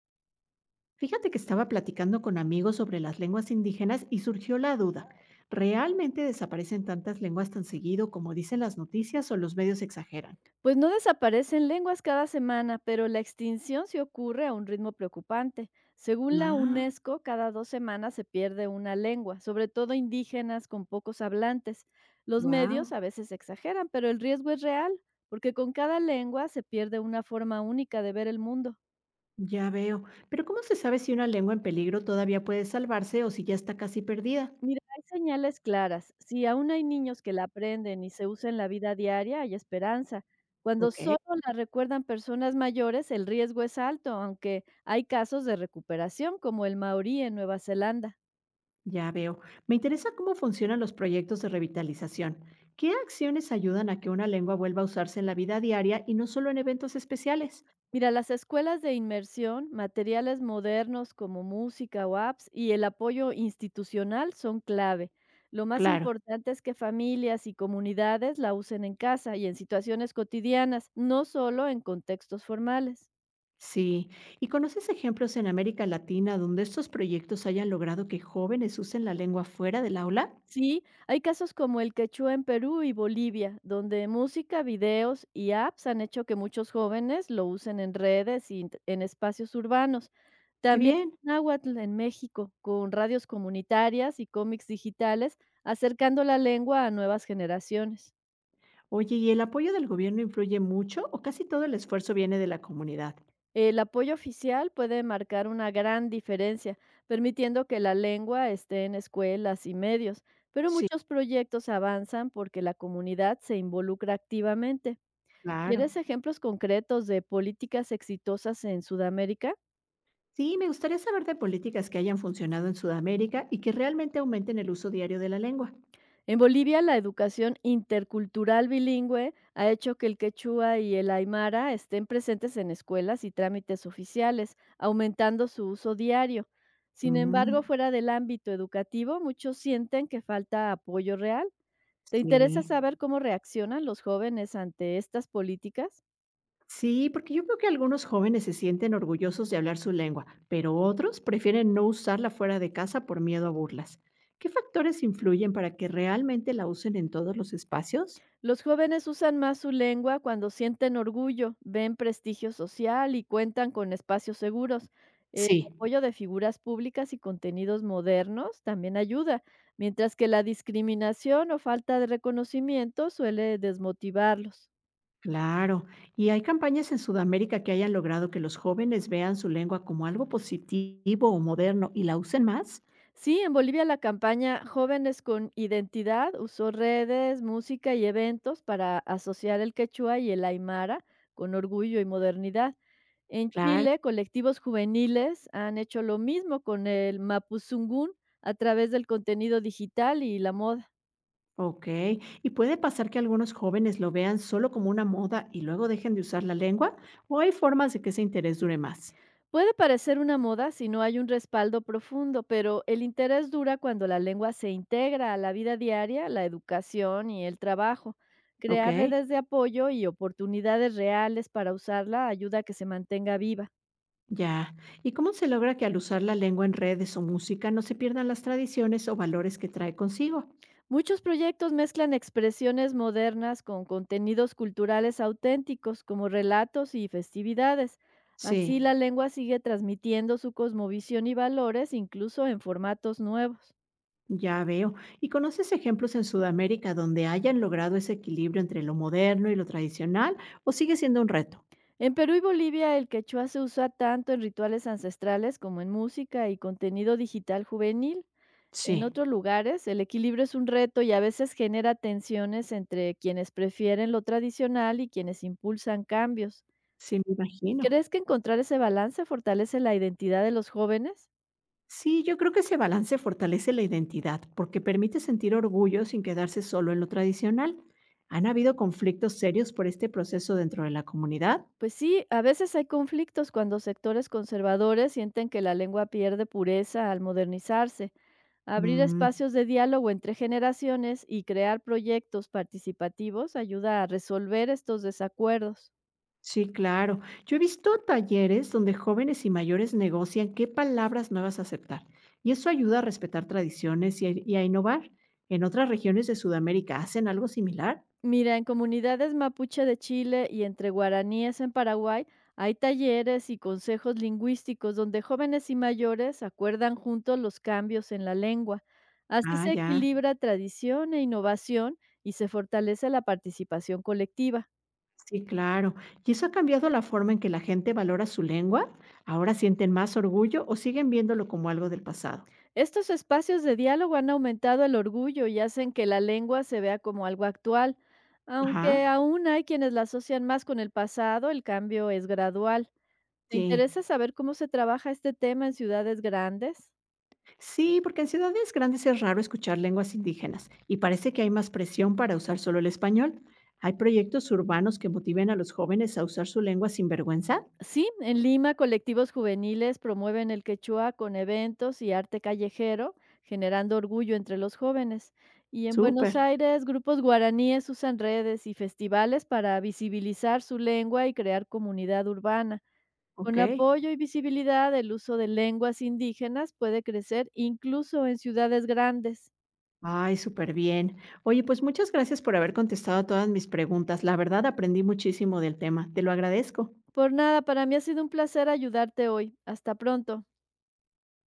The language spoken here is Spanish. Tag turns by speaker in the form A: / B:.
A: Fíjate que estaba platicando con amigos sobre las lenguas indígenas y surgió la duda. ¿Realmente desaparecen tantas lenguas tan seguido como dicen las noticias o los medios exageran?
B: Pues no desaparecen lenguas cada semana, pero la extinción sí ocurre a un ritmo preocupante. Según la
A: Ah,
B: UNESCO, cada dos semanas se pierde una lengua, sobre todo indígenas con pocos hablantes. Los medios
A: wow.
B: a veces exageran, pero el riesgo es real, porque con cada lengua se pierde una forma única de ver el mundo.
A: Ya veo. Pero ¿cómo se sabe si una lengua en peligro todavía puede salvarse o si ya está casi perdida?
B: Mira, hay señales claras. Si aún hay niños que la aprenden y se usa en la vida diaria, hay esperanza. Cuando
A: Ok.
B: solo la recuerdan personas mayores, el riesgo es alto, aunque hay casos de recuperación, como el maorí en Nueva Zelanda.
A: Ya veo. Me interesa cómo funcionan los proyectos de revitalización. ¿Qué acciones ayudan a que una lengua vuelva a usarse en la vida diaria y no solo en eventos especiales?
B: Mira, las escuelas de inmersión, materiales modernos como música o apps y el apoyo institucional son clave. Lo más
A: Claro.
B: importante es que familias y comunidades la usen en casa y en situaciones cotidianas, no solo en contextos formales.
A: Sí, ¿y conoces ejemplos en América Latina donde estos proyectos hayan logrado que jóvenes usen la lengua fuera del aula?
B: Sí, hay casos como el quechua en Perú y Bolivia, donde música, videos y apps han hecho que muchos jóvenes lo usen en redes y en espacios urbanos.
A: ¡Qué
B: También
A: bien!
B: náhuatl en México, con radios comunitarias y cómics digitales, acercando la lengua a nuevas generaciones.
A: Oye, ¿y el apoyo del gobierno influye mucho o casi todo el esfuerzo viene de la comunidad?
B: El apoyo oficial puede marcar una gran diferencia, permitiendo que la lengua esté en escuelas y medios, pero
A: Sí,
B: muchos proyectos avanzan porque la comunidad se involucra activamente.
A: claro.
B: ¿Quieres ejemplos concretos de políticas exitosas en Sudamérica?
A: Sí, me gustaría saber de políticas que hayan funcionado en Sudamérica y que realmente aumenten el uso diario de la lengua.
B: En Bolivia, la educación intercultural bilingüe ha hecho que el quechua y el aymara estén presentes en escuelas y trámites oficiales, aumentando su uso diario. Sin
A: Mm,
B: embargo, fuera del ámbito educativo, muchos sienten que falta apoyo real. ¿Te interesa
A: sí.
B: saber cómo reaccionan los jóvenes ante estas políticas?
A: Sí, porque yo creo que algunos jóvenes se sienten orgullosos de hablar su lengua, pero otros prefieren no usarla fuera de casa por miedo a burlas. ¿Qué factores influyen para que realmente la usen en todos los espacios?
B: Los jóvenes usan más su lengua cuando sienten orgullo, ven prestigio social y cuentan con espacios seguros. El
A: Sí,
B: apoyo de figuras públicas y contenidos modernos también ayuda, mientras que la discriminación o falta de reconocimiento suele desmotivarlos.
A: claro, y hay campañas en Sudamérica que hayan logrado que los jóvenes vean su lengua como algo positivo o moderno y la usen más.
B: Sí, en Bolivia la campaña Jóvenes con Identidad usó redes, música y eventos para asociar el quechua y el aymara con orgullo y modernidad. En
A: Claro,
B: Chile, colectivos juveniles han hecho lo mismo con el mapuzungún a través del contenido digital y la moda.
A: ok. ¿Y puede pasar que algunos jóvenes lo vean solo como una moda y luego dejen de usar la lengua? ¿O hay formas de que ese interés dure más?
B: Puede parecer una moda si no hay un respaldo profundo, pero el interés dura cuando la lengua se integra a la vida diaria, la educación y el trabajo. Crear
A: Ok.
B: redes de apoyo y oportunidades reales para usarla ayuda a que se mantenga viva.
A: Ya. ¿Y cómo se logra que al usar la lengua en redes o música no se pierdan las tradiciones o valores que trae consigo?
B: Muchos proyectos mezclan expresiones modernas con contenidos culturales auténticos, como relatos y festividades. Así
A: Sí,
B: la lengua sigue transmitiendo su cosmovisión y valores incluso en formatos nuevos.
A: ya veo. ¿Y conoces ejemplos en Sudamérica donde hayan logrado ese equilibrio entre lo moderno y lo tradicional o sigue siendo un reto?
B: En Perú y Bolivia, el quechua se usa tanto en rituales ancestrales como en música y contenido digital juvenil. En
A: Sí,
B: otros lugares, el equilibrio es un reto y a veces genera tensiones entre quienes prefieren lo tradicional y quienes impulsan cambios.
A: sí, me imagino.
B: ¿Crees que encontrar ese balance fortalece la identidad de los jóvenes?
A: Sí, yo creo que ese balance fortalece la identidad porque permite sentir orgullo sin quedarse solo en lo tradicional. ¿Han habido conflictos serios por este proceso dentro de la comunidad?
B: Pues sí, a veces hay conflictos cuando sectores conservadores sienten que la lengua pierde pureza al modernizarse. Abrir espacios de diálogo entre generaciones y crear proyectos participativos ayuda a resolver estos desacuerdos.
A: Sí, claro. Yo he visto talleres donde jóvenes y mayores negocian qué palabras nuevas aceptar, y eso ayuda a respetar tradiciones y a innovar. ¿En otras regiones de Sudamérica hacen algo similar?
B: Mira, en comunidades mapuche de Chile y entre guaraníes en Paraguay hay talleres y consejos lingüísticos donde jóvenes y mayores acuerdan juntos los cambios en la lengua. Así
A: Ah,
B: se
A: ya.
B: equilibra tradición e innovación y se fortalece la participación colectiva.
A: Sí, claro. ¿Y eso ha cambiado la forma en que la gente valora su lengua? ¿Ahora sienten más orgullo o siguen viéndolo como algo del pasado?
B: Estos espacios de diálogo han aumentado el orgullo y hacen que la lengua se vea como algo actual.
A: Ajá,
B: Aunque aún hay quienes la asocian más con el pasado, el cambio es gradual. ¿Te
A: sí.
B: interesa saber cómo se trabaja este tema en ciudades grandes?
A: Sí, porque en ciudades grandes es raro escuchar lenguas indígenas y parece que hay más presión para usar solo el español. ¿Hay proyectos urbanos que motiven a los jóvenes a usar su lengua sin vergüenza?
B: Sí, en Lima colectivos juveniles promueven el quechua con eventos y arte callejero, generando orgullo entre los jóvenes. Y en
A: Súper,
B: Buenos Aires, grupos guaraníes usan redes y festivales para visibilizar su lengua y crear comunidad urbana.
A: ok.
B: Con apoyo y visibilidad, el uso de lenguas indígenas puede crecer incluso en ciudades grandes.
A: Ay, súper bien. Oye, pues muchas gracias por haber contestado todas mis preguntas. La verdad aprendí muchísimo del tema. Te lo agradezco.
B: Por nada, para mí ha sido un placer ayudarte hoy. Hasta pronto.